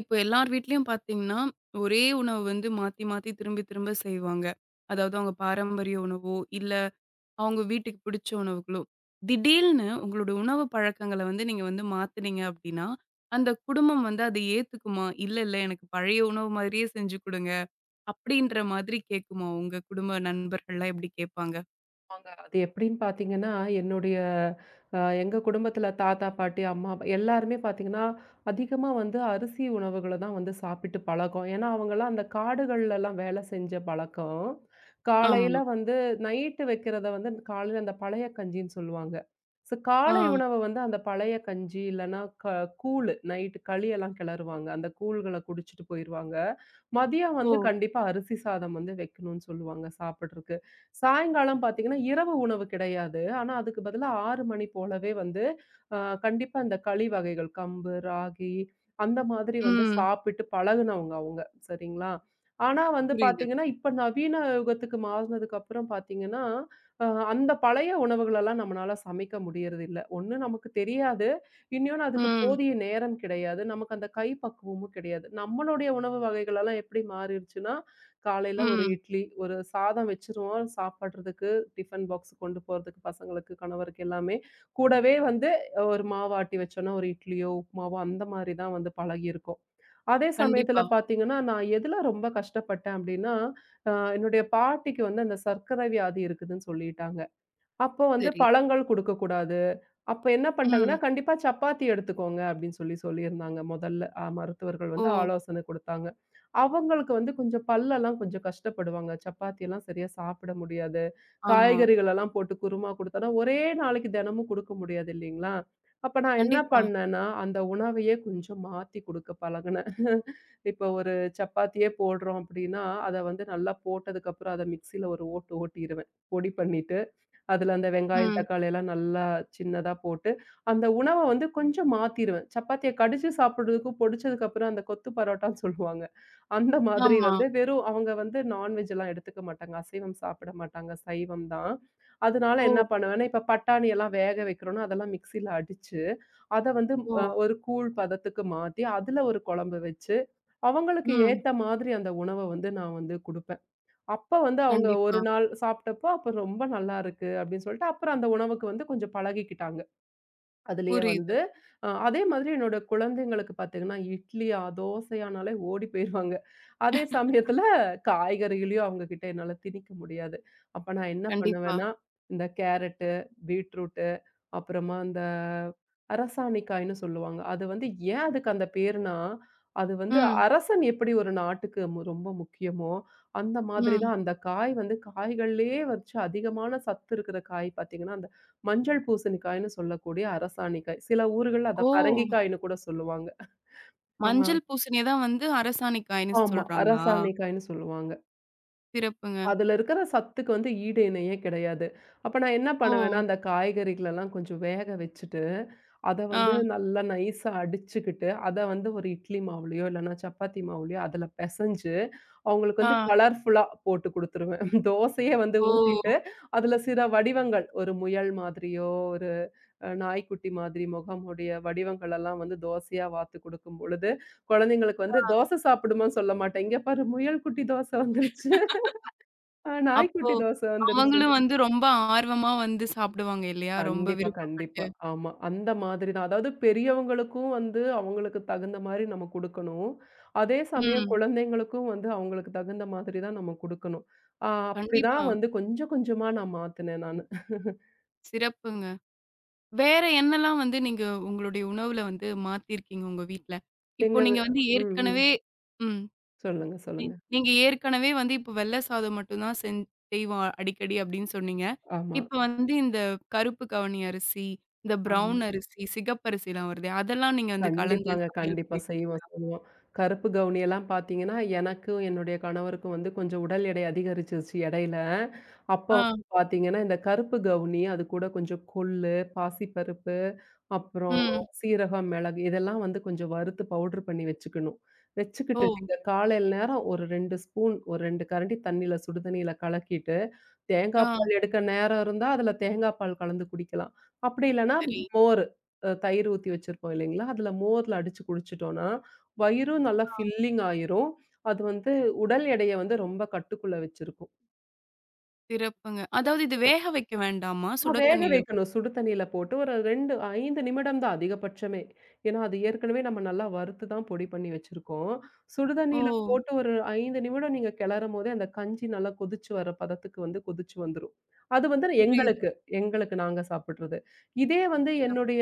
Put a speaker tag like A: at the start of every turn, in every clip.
A: இப்ப எல்லார் வீட்லயும் பார்த்தீங்கன்னா, ஒரே உணவு வந்து மாத்தி, மாத்தி திரும்பி, திரும்ப செய்வாங்க. அதாவது அவங்க பாரம்பரிய உணவோ, இல்ல அவங்க வீட்டுக்கு பிடிச்ச உணவுகளோ. திடீல்னு உங்களோட உணவு பழக்கங்கள வந்து நீங்க வந்து மாத்துனீங்க அப்டின்னா, அந்த குடும்பம் வந்து அத ஏத்துக்குமா? "இல்ல, இல்ல எனக்கு பழைய உணவு மாதிரியே செஞ்சு குடுங்க." அப்டின்ற மாதிரி கேட்குமா? உங்க குடும்ப நண்பர்கள்லாம் எப்டி கேட்பாங்க?
B: ஆமாங்க. அது எப்படின்னு பார்த்தீங்கன்னா, என்னுடைய எங்க குடும்பத்தில தாத்தா, பாட்டி, அம்மா, அப்பா எல்லாருமே பார்த்தீங்கன்னா, அதிகமா வந்து அரிசி உணவுகள தான் வந்து சாப்பிட்டு பழக்கம். ஏன்னா, அவங்கலாம் அந்த காடுகள்லலாம் வேலை செஞ்ச பழக்கம்.
A: ஆமா.
B: காலையில வந்து நைட்டு வைக்கிறத வந்து காலையில அந்த பழைய கஞ்சின்னு சொல்லுவாங்க. ஸோ காலை
A: ஆ.
B: உணவு வந்து அந்த பழைய கஞ்சி இல்லன்னா கூழு நைட்டு களியெல்லாம் கிளறுவாங்க. அந்த கூழ்கள குடிச்சிட்டு போயிருவாங்க. மதியம்
A: ஓ!
B: வந்து கண்டிப்பா அரிசி சாதம் வந்து வைக்கணும்னு சொல்லுவாங்க சாப்பிட்றக்கு. சாயங்காலம் பார்த்தீங்கன்னா, இரவு உணவு கிடையாது. ஆனா, அதுக்கு பதிலா 6 மணி போலவே வந்து, அ கண்டிப்பா இந்த களி வகைகள் கம்பு, ராகி அந்த மாதிரி வந்து
A: ம்.
B: சாப்பிட்டு பழகுனவங்க அவங்க. சரிங்களா? ஆனா வந்து
A: புரியுது.
B: பார்த்தீங்கன்னா, இப்ப நவீன யுகத்துக்கு மாறுனதுக்கு அப்புறம் பார்த்தீங்கன்னா, அ அந்த பழைய உணவுகளெல்லாம் நம்மனால சமைக்க முடியறதில்ல. ஒண்ணு நமக்கு தெரியாது. இன்னொன்னு அதுக்கு
A: ம்.
B: போதிய நேரம் கிடையாது. நமக்கு அந்த கை பக்குவமும் கிடையாது. நம்மளுடைய உணவு வகைகளெல்லாம் எப்படி மாறிருச்சுன்னா, காலையில ஒரு
A: ம்.
B: இட்லி, ஒரு சாதம் வச்சுருவோம் சாப்பிடுறதுக்கு, டிஃபன் பாக்ஸ் கொண்டு போறதுக்கு பசங்களுக்கு, கணவருக்கு எல்லாமே. கூடவே வந்து ஒரு மாவு ஆட்டி வச்சோம்னா, ஒரு இட்லியோ, உப்புமாவோ அந்த மாரி தான் வந்து பழகியிருக்கோம். அதே சமயத்துல
A: கண்டிப்பா.
B: பார்த்தீங்கன்னா, நான் எதுல ரொம்ப கஷ்டப்பட்டேன் அப்டின்னா, என்னுடைய பாட்டிக்கு வந்து அந்த சர்க்கரை வியாதி இருக்குதுன்னு சொல்லிட்டாங்க. அப்போ வந்து
A: சரி.
B: பழங்கள் குடுக்கக்கூடாது. அப்ப என்ன பண்ட்டாங்கன்னா,
A: ம்.
B: "கண்டிப்பா சப்பாத்தி எடுத்துக்கோங்க" அப்படின்னு சொல்லி சொல்லியிருந்தாங்க முதல்ல. மருத்துவர்கள்
A: ஓ!
B: வந்து ஆலோசனை குடுத்தாங்க. அவங்களுக்கு வந்து கொஞ்சம் பல்லெல்லாம் கொஞ்சம் கஷ்டப்படுவாங்க. சப்பாத்தி எல்லாம் சரியா சாப்பிட முடியாது.
A: ஆமா.
B: காய்கறிகள் எல்லாம் போட்டு குருமா குடுத்தோம்னா, ஒரே நாளைக்கு தினமும் குடுக்க முடியாது இல்லைங்களா? அப்ப நான் என்ன
A: கண்டிப்பா.
B: பண்ணேன்னா, அந்த உணவையே கொஞ்சம் மாத்தி குடுக்க பழகுனேன். இப்ப ஒரு சப்பாத்தியே போடுறோம் அப்படின்னா, அத வந்து நல்லா போட்டதுக்கப்புறம் அத மிக்ஸியில ஒரு ஓட்டு ஓட்டிருவேன். பொடி பண்ணிட்டு. அதுல அந்த வெங்காயம்,
A: ம்.
B: தக்காளி எல்லாம் நல்லா சின்னதா போட்டு, அந்த உணவ வந்து கொஞ்சம் மாத்திருவேன். சப்பாத்திய கடிச்சு சாப்பிடுறதுக்கும், பொடிச்சதுக்கு அப்புறம் அந்த கொத்து பரோட்டான்னு சொல்லுவாங்க. அந்த மாதிரி
A: ஆமா.
B: வந்து வெறும் அவங்க வந்து நான்வெஜ் எல்லாம் எடுத்துக்க மாட்டாங்க. அசைவம் சாப்பிட மாட்டாங்க. சைவம் தான். அதனால என்ன
A: ஓ!
B: பண்ணுவேன்னா, இப்ப பட்டாணி எல்லாம் வேக வைக்கிறோம்னா, அதெல்லாம் மிக்ஸில அடிச்சு, அத வந்து
A: ஓ!
B: ஒரு கூழ் பதத்துக்கு மாத்தி, அதுல ஒரு குழம்பு வச்சு, அவங்களுக்கு
A: ம்.
B: ஏத்த மாதிரி அந்த உணவ வந்து நான் வந்து குடுப்பேன். அப்ப வந்து அவங்க ஒரு
A: கண்டிப்பா.
B: நாள் சாப்பிட்டப்போ, "அப்ப ரொம்ப நல்லா இருக்கு" அப்படின்னு சொல்லிட்டு, அப்புறம் அந்த உணவுக்கு வந்து கொஞ்சம் பழகிக்கிட்டாங்க. அதுலயே
A: புரியுது.
B: வந்து அதே மாதிரி என்னோட குழந்தைங்களுக்கு பார்த்தீங்கன்னா, இட்லியா, தோசையானாலே ஓடி போயிருவாங்க. அதே சமயத்துல காய்கறிகளையும் அவங்க கிட்ட என்னால திணிக்க முடியாது. அப்ப நான் என்ன
A: கண்டிப்பா.
B: பண்ணுவேன்னா, இந்த கேரட்டு, பீட்ரூட் அப்புறமா அந்த அரசாணிக்காய்ன்னு சொல்லுவாங்க. அது வந்து ஏன் அதுக்கு அந்த பேருனா, அது வந்து
A: ம்.
B: அரசன் எப்படி ஒரு நாட்டுக்கு ரொம்ப முக்கியமோ, அந்த மாதிரி
A: ம்.
B: தான் அந்த காய் வந்து காய்கள்லயே வச்சு அதிகமான சத்து இருக்கிற காய் பார்த்தீங்கன்னா, அந்த மஞ்சள் பூசணிக்காய்ன்னு சொல்லக்கூடிய அரசாணிக்காய். சில ஊர்கள்ல அத
A: ஓ!
B: பரங்கிக்காய்ன்னு கூட சொல்லுவாங்க. ஆ
A: மஞ்சள் பூசணிய தான் வந்து அரசாணிக்காய்ன்னு
B: ஆமா.
A: சொல்றாங்களா?
B: அரசாணிக்காய்ன்னு சொல்லுவாங்க.
A: சிறப்புங்க.
B: அதுல இருக்கிற சத்துக்கு வந்து ஈடு இணையே கிடையாது. அப்ப நான் என்ன
A: ஓ!
B: பண்ணுவேன்னா, அந்த காய்கறிகளெல்லாம் கொஞ்சம் வேக வச்சுட்டு, அத வந்து
A: ஆ,
B: நல்லா நைஸா அடிச்சுக்கிட்டு, அத வந்து ஒரு இட்லி மாவுலயோ, இல்லன்னா சப்பாத்தி மாவுலயோ அதுல பெசஞ்சு, அவங்களுக்கு
A: ஆ.
B: வந்து கலர்ஃபுல்லா போட்டு குடுத்துருவேன். தோசைய வந்து
A: ஓ!
B: ஊத்திட்டு, அதுல சில வடிவங்கள் ஒரு முயல் மாதிரியோ, ஒரு நாய்க்குட்டி மாதிரி முகமுடைய வடிவங்கள் எல்லாம் வந்து தோசையா வாத்து குடுக்கும் பொழுது, குழந்தைங்களுக்கு வந்து "தோசை சாப்பிடுமான்னு" சொல்ல மாட்டேன். "இங்க பாரு முயல் குட்டி தோசை வந்துருச்சு."
A: அப்போ
B: நாய்க்குட்டி தோசை வந்துருச்சு.
A: அவங்களும் வந்து ரொம்ப ஆர்வமா வந்து சாப்பிடுவாங்க இல்லையா? ரொம்ப
B: கண்டிப்பா, கண்டிப்பா.
A: விருப்பப்பட்டு.
B: ஆமா. அந்த மாதிரி தான். அதாவது பெரியவங்களுக்கும் வந்து அவங்களுக்கு தகுந்த மாரி நம்ம குடுக்கணும். அதே சமயம்
A: ம்.
B: குழந்தைங்களுக்கும் வந்து அவங்களுக்கு தகுந்த மாதிரி தான் நம்ம குடுக்கணும். அப்படிதான்
A: கண்டிப்பா.
B: வந்து கொஞ்சம் கொஞ்சமா நான் மாத்துனேன் நானு.
A: சிறப்புங்க. வேற என்னலாம் வந்து நீங்க உங்களுடைய உணவுல வந்து மாத்தியிருக்கீங்க உங்க வீட்ல? இப்போ
B: எங்க வி-
A: நீங்க வந்து
B: ம், ம்.
A: ஏற்கனவே ம்.
B: சொல்லுங்க,
A: நீ
B: சொல்லுங்க.
A: நீங்க ஏற்கனவே வந்து இப்ப வெள்ள சாதம் மட்டும் தான் செய்வோம் அடிக்கடி அப்படின்னு சொன்னீங்க.
B: ஆமா,
A: இப்ப வந்து இந்த கருப்பு கவனி அரிசி, இந்த
B: ஆமா.
A: ப்ரவுன் அரிசி, சிகப்பரிசிலாம் வருதே, அதெல்லாம் நீங்க வந்து கலந்து
B: கண்டிப்பாங்க.
A: சமையல்
B: கண்டிப்பா.
A: பண்ணி
B: செய்வோம், செய்வோம். கருப்பு கவுனி எல்லாம் பார்த்தீங்கன்னா, எனக்கும் என்னுடைய கணவருக்கும் வந்து கொஞ்சம் உடல் எடை அதிகரிச்சிருச்சு இடையில. அப்ப
A: ஆ,
B: வந்து பார்த்தீங்கன்னா, இந்த கருப்பு கவுனி, அது கூட கொஞ்சம் கொள்ளு, பாசிப்பருப்பு, அப்புறம்
A: ம்.
B: சீரகம், மிளகு இதெல்லாம் வந்து கொஞ்சம் வறுத்து பவுடர் பண்ணி வச்சுக்கணும்.
A: ஓ!
B: வச்சுக்கிட்டு நீங்க காலையில நேரம் ஒரு 2 ஸ்பூன், ஒரு 2 கரண்டி தண்ணீல சுடுதண்ணீல கலக்கிட்டு,
A: ஆ
B: தேங்காய் பால் எடுக்க நேரம் இருந்தா, அதுல தேங்காய் பால் கலந்து குடிக்கலாம். அப்படி இல்லன்னா
A: சரி.
B: மோர் தயிர் ஊத்தி வச்சிருப்போம் இல்லைங்களா? அதுல மோர்ல அடிச்சு குடிச்சிட்டோம்ன்னா, வயிறும் நல்லா
A: ஆ
B: ஃபில்லிங் ஆயிரும். அது வந்து உடல் எடைய வந்து ரொம்ப கட்டுக்குள்ள வச்சிருக்கும்.
A: சிறப்புங்க. அதாவது இது வேக வைக்க வேண்டாமா? சுட
B: வேக
A: தண்ணீல
B: வைக்கணும். சுடு தண்ணீல போட்டு ஒரு 2, 5 நிமிடம் தான் அதிகபட்சமே. ஏன்னா, அது ஏற்கனவே நம்ம நல்லா வறுத்து தான் பொடி பண்ணி வச்சிருக்கோம். சுடு
A: ஓ!
B: தண்ணீல போட்டு ஒரு 5 நிமிடம் நீங்க கிளறும்போதே, அந்த கஞ்சி நல்லா கொதிச்சு வர பதத்துக்கு வந்து கொதிச்சு வந்துரும். அது வந்து
A: புரியுது.
B: எங்களுக்கு, எங்களுக்கு நாங்க சாப்பிடுறது. இதே வந்து
A: சிறப்பு.
B: என்னுடைய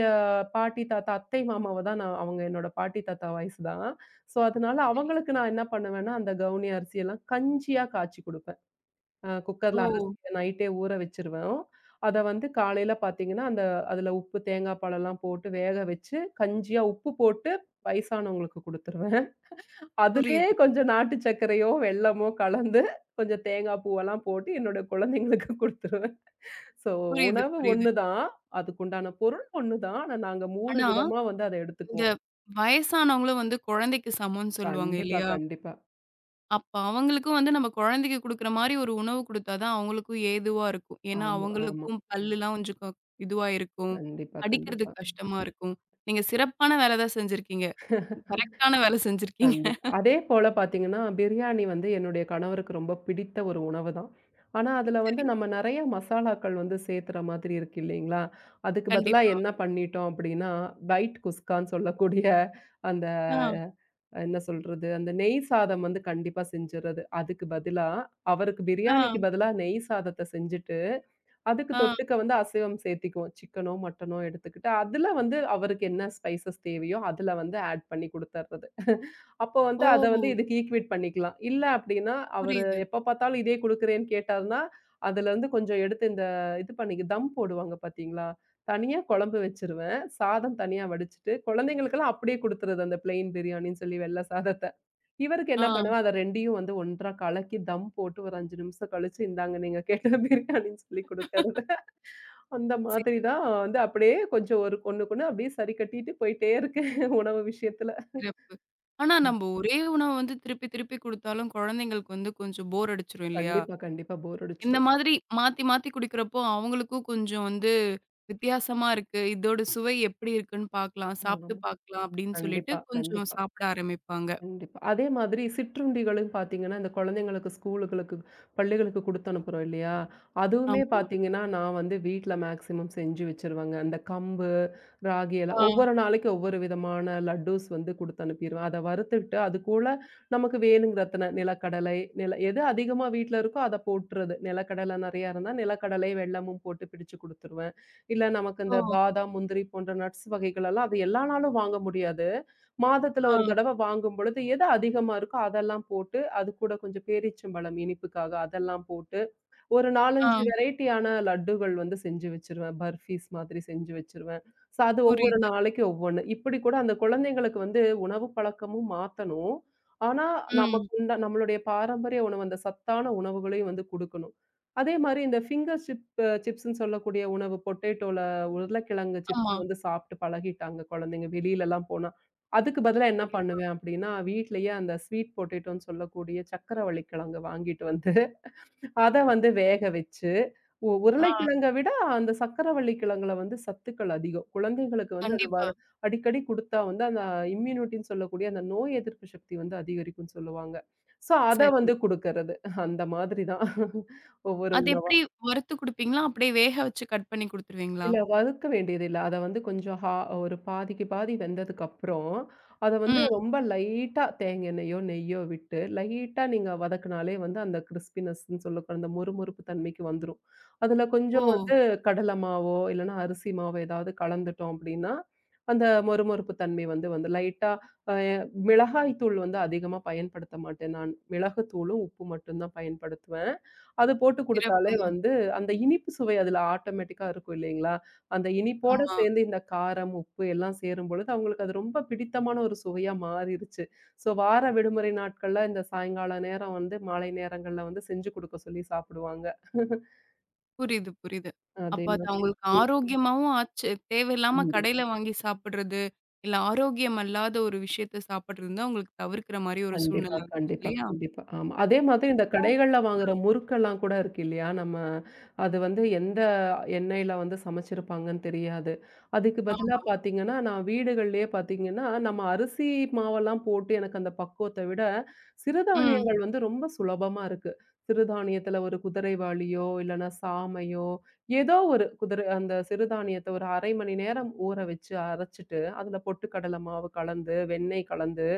B: பாட்டி, தாத்தா, அத்தை, மாமாவ தான் நான் அவங்க என்னோட பாட்டி, தாத்தா வயசு தான். ஸோ, அதனால
A: சரி.
B: அவங்களுக்கு நான் என்ன பண்ணுவேன்னா, அந்த கவுனி அரிசியெல்லாம் கஞ்சியா காய்ச்சி குடுப்பேன்.
A: ஓ!
B: குக்கர்ல அலசி நைட்டே ஊற வச்சுருவேன். அத வந்து காலையில பார்த்தீங்கன்னா, அந்த அதில உப்பு, தேங்காய் பாலெல்லாம் போட்டு வேக வச்சு, கஞ்சியா உப்பு போட்டு வயசானவங்களுக்கு குடுத்துருவேன். அதிலேயே
A: புரியுது,
B: கொஞ்சம் நாட்டு சர்க்கரையோ, வெல்லமோ கலந்து கொஞ்சம் தேங்காய் பூவெல்லாம் போட்டு என்னோட குழந்தைங்களுக்கு குடுத்துருவேன். ஸோ
A: புரியுது,
B: உணவு
A: புரியுது.
B: ஒண்ணு தான். அதுக்குண்டான பொருள் ஒண்ணு தான். ஆனா நாங்க 3
A: ஆனா,
B: விதமா வந்து அத
A: இந்த
B: எடுத்துக்குவோம்.
A: வயசானவங்களும் வந்து குழந்தைக்கு சமம்ன்னு சொல்லுவாங்க
B: கண்டிப்பா,
A: இல்லையா?
B: கண்டிப்பா.
A: அப்ப அவங்களுக்கும் வந்து நம்ம குழந்தைக்கு குடுக்குற மாரி ஒரு உணவு குடுத்தா தான் அவங்களுக்கும் ஏதுவா இருக்கும். ஏன்னா,
B: ஆமா, ஆமா.
A: அவங்களுக்கும் பல்லுலாம் கொஞ்சம் இதுவா இருக்கும்.
B: கண்டிப்பா, கண்டிப்பா.
A: அடிக்கிறதுக்கு கஷ்டமா இருக்கும். நீங்க சிறப்பான வேலை தான் செஞ்சிருக்கீங்க. கரெக்ட்டான வேலை செஞ்சிருக்கீங்க.
B: கண்டிப்பா. அதே போல பார்த்தீங்கன்னா, பிரியாணி வந்து என்னுடைய கணவருக்கு ரொம்ப பிடித்த ஒரு உணவு தான். ஆனா, அதுல வந்து
A: சரி.
B: நம்ம நெறைய மசாலாக்கள் வந்து சேர்த்துற மாதிரி இருக்கு இல்லைங்களா? அதுக்கு பதிலா
A: கண்டிப்பா.
B: என்ன பண்ணிட்டோம் அப்டின்னா, வைட் குஸ்கான்னு சொல்லக்கூடிய அந்த
A: ஆ,
B: என்ன சொல்றது? அந்த நெய் சாதம் வந்து கண்டிப்பா செஞ்சுறது. அதுக்கு பதிலா அவருக்கு
A: ஆ,
B: பிரியாணிக்கு பதிலா நெய் சாதத்த செஞ்சுட்டு, அதுக்கு
A: ஆ.
B: தொட்டுக்க வந்து அசைவம் சேர்த்திக்குவோம். சிக்கனோ, மட்டனோ எடுத்துக்கிட்டு, அதுல வந்து அவருக்கு என்ன ஸ்பைசஸ் தேவையோ, அதுல வந்து ஆட் பண்ணி குடுத்தர்றது. அப்போ வந்து
A: ஓ!
B: அத வந்து இதுக்கு ஈக்வெட் பண்ணிக்கலாம். இல்ல அப்டின்னா, அவரு
A: புரியுது.
B: எப்ப பார்த்தாலும் இதே குடுக்குறேன்னு கேட்டாருன்னா, அதுலருந்து கொஞ்சம் எடுத்து இந்த இது பண்ணி தம் போடுவாங்க பார்த்தீங்களா? தனியா குழம்பு வச்சுருவேன். சாதம் தனியா வடிச்சுட்டு, குழந்தைங்களுக்கெல்லாம் அப்படியே குடுத்துறது அந்த பிளெயின் பிரியாணின்னு சொல்லி வெள்ள சாதத்த. இவருக்கு என்ன
A: ஆ.
B: பண்ணுவேன், அத 2யும் வந்து ஒன்றா கலக்கி தம் போட்டு ஒரு 5 நிமிஷம் கழிச்சு, இந்தாங்க நீங்க கேட்ட பிரியாணின்னு சொல்லி குடுக்கறது. அந்த
A: சரி,
B: மாதிரி தான் வந்து அப்படியே கொஞ்சம் ஒரு ஒண்ணுக்கொண்ணு அப்படியே சரி கட்டிட்டு போயிட்டே இருக்கேன் உணவு விஷயத்துல.
A: சிறப்பு. ஆனா, நம்ப ஒரே உணவ வந்து திருப்பி திருப்பி குடுத்தாலும் குழந்தைங்களுக்கு வந்து கொஞ்சம் போர் அடிச்சுரும் இல்லையா?
B: கண்டிப்பா, கண்டிப்பா போர்
A: இந்த
B: அடிச்சுரும்.
A: மாதிரி மாத்தி, மாத்தி குடிக்கிறப்போ, அவங்களுக்கும் கொஞ்சம் வந்து வித்தியாசமா இருக்கு. இதோட சுவை எப்படி இருக்குன்னு பார்க்கலாம்.
B: ஆமா,
A: சாப்பிட்டு
B: ஆமா.
A: பார்க்கலாம் அப்படின்னு சொல்லிட்டு
B: கண்டிப்பா,
A: கொஞ்சம்
B: கண்டிப்பா.
A: சாப்பிட ஆரம்பிப்பாங்க.
B: கண்டிப்பா. அதே மாதிரி சிற்றுண்டிகளும் பார்த்தீங்கன்னா, இந்த குழந்தைங்களுக்கு ஸ்கூலுகளுக்கு பள்ளிகளுக்கு குடுத்து அனுப்புறோம் இல்லையா? அதுவுமே
A: ஆமா.
B: பார்த்தீங்கன்னா, நான் வந்து வீட்ல மேக்ஸிமம் செஞ்சு வச்சுருவேங்க. அந்த கம்பு, ராகி எல்லாம்
A: ஆ.
B: ஒவ்வொரு நாளைக்கு ஒவ்வொரு விதமான லட்டூஸ் வந்து குடுத்து அனுப்பிருவேன். அத வறுத்துட்டு அதுக்கூட நமக்கு வேணுங்கிற அத்தன நிலக்கடலை, நில எது அதிகமா வீட்ல இருக்கோ அத போட்டுறது. நிலக்கடலை நெறையா இருந்தா நிலக்கடலை, வெல்லமும் போட்டு பிடிச்சு குடுத்துருவேன். இல்ல நமக்கு இந்த
A: ஓ!
B: பாதாம், முந்திரி போன்ற நட்ஸ் வகைகள் எல்லாம் அது எல்லா நாளும் வாங்க முடியாது. மாதத்துல
A: ஆ,
B: ஒரு தடவ வாங்கும் பொழுது எது அதிகமா இருக்கோ அதெல்லாம் போட்டு, அது கூட கொஞ்சம் பேரீச்சம்பழம் இனிப்புக்காக அதெல்லாம் போட்டு, ஒரு 4,
A: ஆ.
B: 5 வெரைட்டியான லட்டுகள் வந்து செஞ்சு வச்சுருவேன். பர்ஃபீஸ் மாதிரி செஞ்சு வச்சுருவேன். ஸோ அது ஒவ்வொரு
A: புரியுது.
B: நாளைக்கு ஒவ்வொண்ணு. இப்படி கூட அந்த குழந்தைங்களுக்கு வந்து உணவு பழக்கமும் மாத்தணும். ஆனா,
A: ம்.
B: நமக்கு உண்டா நம்மளுடைய பாரம்பரிய உணவு, அந்த சத்தான உணவுகளையும் வந்து குடுக்கணும். அதே மாரி இந்த ஃபிங்கர் சிப் சிப்ஸ்ன்னு சொல்லக்கூடிய உணவு பொட்டேட்டோல உருளைக்கிழங்கு
A: ஆமா.
B: சிப்ஸ் வந்து சாப்ட்டு பழகிட்டாங்க குழந்தைங்க வெளிலலாம் போனா. அதுக்கு பதிலா என்ன
A: கண்டிப்பா.
B: பண்ணுவேன் அப்டின்னா, வீட்லயே அந்த ஸ்வீட் பொட்டேட்டோன்னு சொல்லக்கூடிய சக்கரவள்ளிக்கிழங்கு வாங்கிட்டு வந்து அத வந்து வேக வச்சு,
A: ஆ,
B: உருளைக்கிழங்க விட அந்த சர்க்கரவள்ளி கிழங்குல வந்து சத்துக்கள் அதிகம். குழந்தைகளுக்கு வந்து அது
A: கண்டிப்பா.
B: அடிக்கடி குடுத்தா வந்து அந்த இம்யூனிட்டின்னு சொல்லக்கூடிய அந்த நோய் எதிர்ப்பு சக்தி வந்து அதிகரிக்கும்னு சொல்லுவாங்க. ஸோ அத
A: சரி.
B: வந்து குடுக்கறது. அந்த மாதிரி தான் ஒவ்வொரு
A: அது எப்படி
B: உணவும்.
A: வறுத்து குடுப்பீங்களா? அப்படியே வேக வச்சு கட் பண்ணி குடுத்துருவீங்களா?
B: இல்ல வறுக்க வேண்டியதில்ல. அத வந்து கொஞ்சம் ஒரு பாதிக்கு பாதி வெந்ததுக்கப்புறம், அத வந்து
A: ம்.
B: ரொம்ப லைட்டா தேங்காய் எண்ணெயோ, நெய்யோ விட்டு லைட்டா நீங்க வதக்குனாலே வந்து அந்த கிறிஸ்பினஸ்ன்னு சொல்லக்கூட அந்த மொறுமொறுப்பு தன்மைக்கு வந்துரும். அதுல
A: ஓ!
B: கொஞ்சம் வந்து கடலை மாவோ, இல்லன்னா அரிசி மாவோ ஏதாவது கலந்துட்டோம் அப்படின்னா, அந்த மொறுமொறுப்பு தன்மை வந்து வந்து லைட்டா அ மிளகாய் தூள் வந்து அதிகமா பயன்படுத்த மாட்டேன் நான். மிளகு தூளும், உப்பு மட்டும் தான் பயன்படுத்துவேன். அது போட்டு குடுத்தாலே
A: சிறப்புங்க.
B: வந்து அந்த இனிப்பு சுவை அதுல ஆட்டோமேட்டிக்கா இருக்கும் இல்லைங்களா? அந்த இனிப்போட
A: ஆமா.
B: சேர்ந்து இந்த காரம், உப்பு எல்லாம் சேரும்பொழுது, அவங்களுக்கு அது ரொம்ப பிடித்தமான ஒரு சுவையா மாறிருச்சு. ஸோ வார விடுமுறை நாட்கள்ல இந்த சாயங்கால நேரம் வந்து மாலை நேரங்கள்ல வந்து செஞ்சு குடுக்க சொல்லி சாப்பிடுவாங்க.
A: புரியுது, புரியுது.
B: அதே
A: அப்ப அது
B: மாதிரி
A: அவங்களுக்கு
B: ம்.
A: ஆரோக்கியமாவும் ஆச்சு. தேவையில்லாம
B: கண்டிப்பா.
A: கடையில வாங்கி சாப்பிடுறது, இல்ல ஆரோக்கியம் அல்லாத ஒரு விஷயத்த சாப்பிடுறது வந்து அவங்களுக்கு தவிர்க்கிற மாரி ஒரு
B: கண்டிப்பா,
A: சூழ்நிலை வந்துச்சு
B: கண்டிப்பா,
A: இல்லையா?
B: கண்டிப்பா. ஆமா. அதே மாதிரி இந்த
A: ம்.
B: கடைகள்ல வாங்குற முறுக்கெல்லாம் கூட இருக்கு இல்லையா? நம்ம அது வந்து எந்த எண்ணெயில வந்து சமைச்சிருப்பாங்கன்னு தெரியாது. அதுக்கு பதிலா
A: ஆமா.
B: பார்த்தீங்கன்னா, நான் வீடுகள்லயே பார்த்தீங்கன்னா, நம்ம அரிசி மாவெல்லாம் போட்டு எனக்கு அந்த பக்குவத்த விட,
A: ம்.
B: சிறுதானியங்கள் வந்து ரொம்ப சுலபமா இருக்கு. சிறுதானியத்துல ஒரு குதிரைவாளியோ, இல்லன்னா சாமையோ, ஏதோ ஒரு குதிரை அந்த சிறுதானியத்த ஒரு 1/2 மணி நேரம் ஊற வச்சு அரைச்சுட்டு, அதுல பொட்டுக்கடலை மாவு கலந்து, வெண்ணெய் கலந்து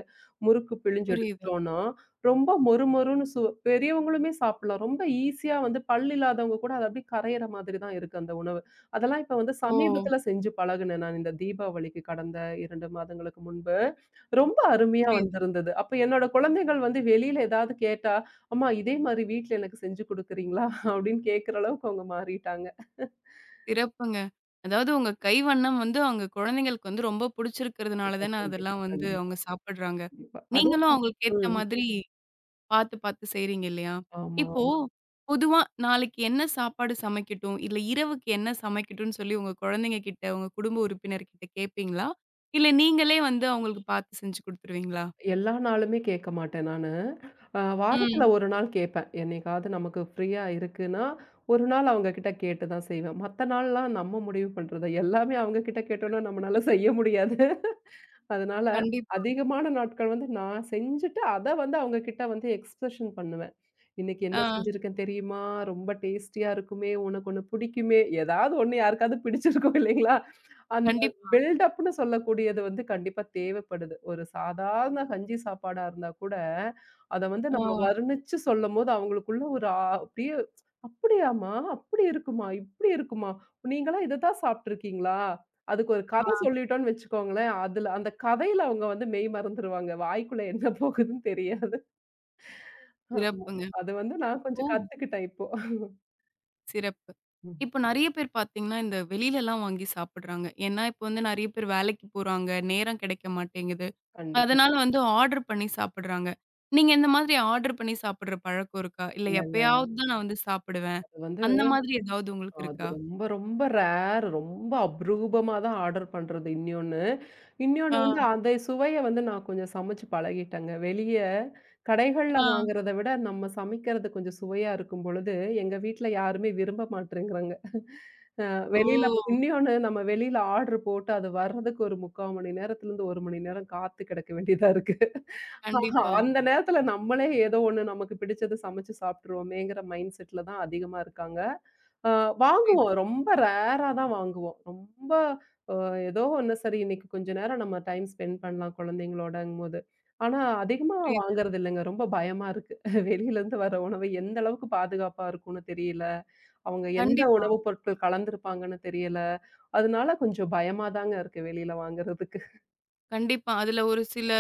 B: முறுக்கு பிழிஞ்சு
A: புரியுது.
B: எடுத்துட்டோம்னா, ரொம்ப மொறு மொறுன்னு பெரியவங்களுமே சாப்பிடலாம். ரொம்ப ஈஸியா வந்து பல் இல்லாதவங்க கூட அத அப்படியே கரையிற மாதிரி தான் இருக்கு அந்த உணவு. அதெல்லாம் இப்ப வந்து
A: ஓ!
B: சமீபத்தில செஞ்சு பழகுனேன் நான் இந்த தீபாவளிக்கு கடந்த 2 மாதங்களுக்கு முன்பு. ரொம்ப அருமையா
A: புரியுது.
B: வந்திருந்தது. அப்ப என்னோட குழந்தைகள் வந்து வெளியில ஏதாவது கேட்டா, "அம்மா இதே மாரி வீட்ல எனக்கு செஞ்சு குடுக்குறீங்களா?" அப்படின்னு கேட்கிற அளவுக்கு அவங்க மாறிட்டாங்க.
A: சிறப்புங்க. அதாவது உங்க கைவண்ணம் வந்து அவங்க குழந்தைங்களுக்கு வந்து ரொம்ப புடிச்சிருக்கிறதுனால
B: கண்டிப்பா,
A: தானே
B: கண்டிப்பா,
A: அதெல்லாம் வந்து
B: கண்டிப்பா,
A: அவங்க சாப்பிடுறாங்க.
B: கண்டிப்பா. அது
A: நீங்களும் அவங்களுக்கு ஏத்த
B: ம்.
A: மாதிரி பாத்து, பாத்து செய்றீங்க இல்லையா?
B: ஆமா.
A: இப்போ பொதுவா நாளைக்கு என்ன சாப்பாடு சமைக்கட்டும், இல்ல இரவுக்கு என்ன சமைக்கட்டும்ன்னு சொல்லி உங்க குழந்தைங்க கிட்ட, உங்க குடும்ப உறுப்பினர்கிட்ட கேட்பீங்களா? இல்ல நீங்களே வந்து அவங்களுக்கு பாத்து செஞ்சு குடுத்துருவீங்களா?
B: எல்லா நாளுமே கேட்க மாட்டேன் நானு. வாரத்துல
A: ம்.
B: 1 நாள் கேட்பேன். என்னைக்காவது நமக்கு ஃப்ரீயா இருக்குன்னா, 1 நாள் அவங்க கிட்ட கேட்டு தான் செய்வேன். மத்த நாள்லாம் நம்ம முடிவு பண்றது. எல்லாமே அவங்க கிட்ட கேட்டோம்னா நம்மனால செய்ய முடியாது. அதனால
A: கண்டிப்பா.
B: அதிகமான நாட்கள் வந்து நான் செஞ்சுட்டு, அத வந்து அவங்க கிட்ட வந்து எக்ஸ்பிரஷன் பண்ணுவேன். இன்னைக்கு என்ன
A: ஆ,
B: செஞ்சிருக்கேன் தெரியுமா? ரொம்ப டேஸ்டியா இருக்குமே! உனக்கு ஒண்ணு பிடிக்குமே! ஏதாவது ஒண்ணு யாருக்காவது பிடிச்சிருக்கும் இல்லைங்களா? அந்த
A: கண்டிப்பா.
B: பில்டப்ன்னு சொல்லக்கூடியது வந்து கண்டிப்பா தேவைப்படுது. ஒரு சாதாரண கஞ்சி சாப்பாடா இருந்தா கூட, அத வந்து
A: ஆ,
B: நம்ம வர்ணிச்சு சொல்லும்போது அவங்களுக்குள்ள ஒரு அப்படியே "அப்படியாம்மா? அப்படி இருக்குமா? இப்படி இருக்குமா? நீங்கலாம் இத தான் சாப்பிட்டுருக்கீங்களா?" அதுக்கு ஒரு கதை
A: ஆ.
B: சொல்லிட்டோம்ன்னு வச்சுக்கோங்களேன், அதுல அந்த கதையில அவங்க வந்து மெய் மறந்துருவாங்க. வாய்க்குள்ள என்ன போகுதுன்னு தெரியாது. ஆமா.
A: சிறப்புங்க.
B: அது வந்து நான்
A: இப்போ
B: கொஞ்சம் கத்துக்கிட்டேன் இப்போ.
A: சிறப்பு.
B: ம்.
A: இப்போ நெறைய பேர் பாத்தீங்கன்னா, இந்த வெளிலலாம் வாங்கி சாப்பிடுறாங்க. ஏன்னா, இப்போ வந்து நெறைய பேர் வேலைக்கு போறாங்க, நேரம் கிடைக்க மாட்டேங்குது.
B: கண்டிப்பா.
A: அதனால வந்து ஆர்டர் பண்ணி சாப்பிடுறாங்க. நீங்க இந்த மாதிரி ஆர்டர் பண்ணி சாப்பிடுற பழக்கம் இருக்கா? இல்ல
B: இல்லங்க.
A: எப்பயாவது தான் நான் வந்து சாப்பிடுவேன்.
B: அது வந்து
A: அந்த மாதிரி ஏதாவது உங்களுக்கு
B: அது
A: இருக்கா?
B: ரொம்ப ரொம்ப ரேர். ரொம்ப அபரூபமா தான் ஆர்டர் பண்றது இன்னியொன்னு. இன்னியொன்னு
A: ஆ,
B: வந்து அந்த சுவைய வந்து நான் கொஞ்சம் சமைச்சு பழகிட்டேங்க. வெளிய கடைகள்ல
A: ஆ.
B: வாங்குறத விட நம்ம சமைக்கிறது கொஞ்சம் சுவையா இருக்கும் பொழுது, எங்க வீட்ல யாருமே விரும்ப மாட்டேங்கிறாங்க. அ
A: ஓ!
B: வெளியில இன்னியொன்னு நம்ம வெளியில ஆர்டர் போட்டு அது வர்றதுக்கு ஒரு 3/4 மணி நேரத்துலருந்து 1 மணி நேரம் காத்து கிடக்க வேண்டியதா இருக்கு. ஆஹா,
A: கண்டிப்பா.
B: அந்த நேரத்துல நம்மளே ஏதோ ஒண்ணு நமக்கு பிடிச்சது சமைச்சு சாப்ட்டுருவோமேங்கிற மைண்ட் செட்ல தான் அதிகமா இருக்காங்க. அ
A: புரியுது,
B: வாங்குவோம். ரொம்ப ரேரா தான் வாங்குவோம். ரொம்ப அ ஏதோ ஒண்ணு சரி இன்னைக்கு கொஞ்ச நேரம் நம்ம டைம் ஸ்பெண்ட் பண்ணலாம் குழந்தைங்களோடங்கும்போது. ஆனா அதிகமா
A: புரியுது.
B: வாங்குறது இல்லங்க. ரொம்ப பயமா இருக்கு. வெளியிலருந்து வர உணவு எந்த அளவுக்கு பாதுகாப்பா இருக்கும்னு தெரியல. அவங்க எந்த
A: கண்டிப்பா,
B: உணவுப் பொருட்கள் கலந்திருப்பாங்கன்னு தெரியல. அதனால கொஞ்சம் பயமா தாங்க இருக்கு வெளியில வாங்குறதுக்கு.
A: கண்டிப்பா. அதுல ஒரு சில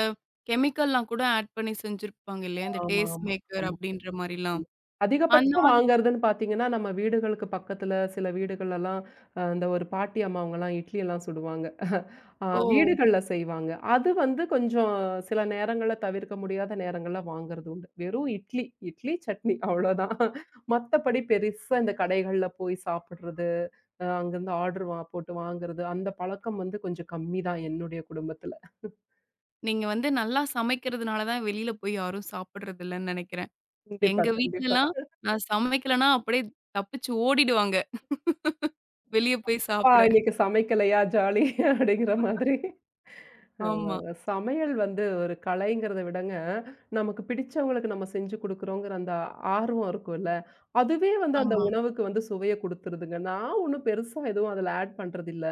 A: கெமிக்கல்லாம் கூட ஆட் பண்ணி செஞ்சிருப்பாங்க இல்லையா? இந்த
B: ஆமா,
A: டேஸ்ட்
B: ஆமா,
A: மேக்கர்
B: ஆமா.
A: அப்படின்ற மாரிலாம்.
B: ம்.
A: அந்த
B: அதிகபட்சம்
A: மாதிரி
B: வாங்குறதுன்னு பார்த்தீங்கன்னா, நம்ம வீடுகளுக்கு பக்கத்துல சில வீடுகள்லலாம் இந்த ஒரு பாட்டி அம்மாவங்கலாம் இட்லி எல்லாம் சுடுவாங்க.
A: ஓ!
B: வீடுகள்ல செய்வாங்க. அது வந்து கொஞ்சம் சில நேரங்கள்ல தவிர்க்க முடியாத நேரங்கள்ல வாங்குறது உண்டு. வெறும் இட்லி, சட்னி அவ்வளோதான். மத்தபடி பெருசா இந்த கடைகள்ல போய் சாப்பிடுறது, அங்கருந்து ஆர்டர் போட்டு வாங்குறது, அந்த பழக்கம் வந்து கொஞ்சம் கம்மி தான் என்னுடைய குடும்பத்துல.
A: நீங்க வந்து நல்லா சமைக்கிறதுனால தான் வெளியில போய் யாரும் சாப்பிடுறது இல்லன்னு நெனைக்கிறேன்.
B: கண்டிப்பா,
A: எங்க
B: கண்டிப்பா.
A: வீட்லலாம் நான் சமைக்கலன்னா அப்படியே தப்பிச்சு ஓடிடுவாங்க. வெளிய போய்
B: அப்பா
A: சாப்பிட.
B: இன்னைக்கு சமைக்கலையா ஜாலி அப்படிங்கிற மாதிரி.
A: ஆமா.
B: சமையல் வந்து ஒரு கலைங்கிறத விடங்க, நமக்கு பிடிச்சவங்களுக்கு நம்ம செஞ்சு குடுக்குறோங்கிற அந்த ஆர்வம் இருக்கும்ல, அதுவே வந்து அந்த
A: ஆமா.
B: உணவுக்கு வந்து சுவைய குடுத்துருதுங்க. நான் ஒண்ணும் பெருசா எதுவும் அதுல ஆட் பண்றதில்ல.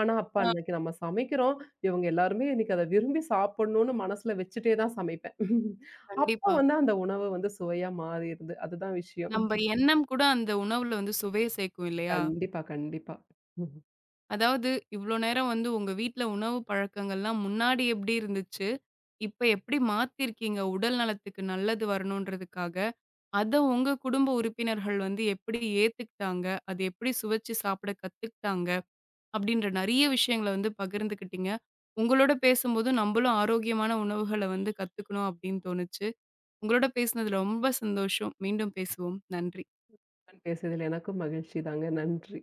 B: ஆனா, அப்பா
A: ஆ
B: இன்னைக்கு நம்ம சமைக்கிறோம், இவங்க எல்லாருமே இன்னைக்கு அத விரும்பி சாப்பிடணும்னு மனசுல வச்சுட்டே தான் சமைப்பேன். அப்ப
A: கண்டிப்பா.
B: வந்து அந்த உணவு வந்து சுவையா மாறிருது. அதுதான் விஷயம்.
A: நம்ப எண்ணம் கூட அந்த உணவுல வந்து சுவைய சேர்க்கும் இல்லையா?
B: கண்டிப்பா, கண்டிப்பா. ம்.
A: அதாவது இவ்ளோ நேரம் வந்து உங்க வீட்ல உணவு பழக்கங்கள்லாம் முன்னாடி எப்படி இருந்துச்சு? இப்ப எப்படி மாத்திருக்கீங்க உடல் நலத்துக்கு நல்லது வரணுன்றதுக்காக? அத உங்க குடும்ப உறுப்பினர்கள் வந்து எப்படி ஏத்துக்கிட்டாங்க? அது எப்படி சுவைச்சு சாப்பிட கத்துக்கிட்டாங்க? அப்படின்ற நெறைய விஷயங்கள வந்து பகிர்ந்துக்கிட்டீங்க. உங்களோட பேசும்போது நம்பளும் ஆரோக்கியமான உணவுகள வந்து கத்துக்கணும் அப்படின்னு தோணுச்சு. உங்களோட பேசினது ரொம்ப சந்தோஷம். மீண்டும் பேசுவோம். நன்றி.
B: பேசியதில் எனக்கும் மகிழ்ச்சி தாங்க. நன்றி.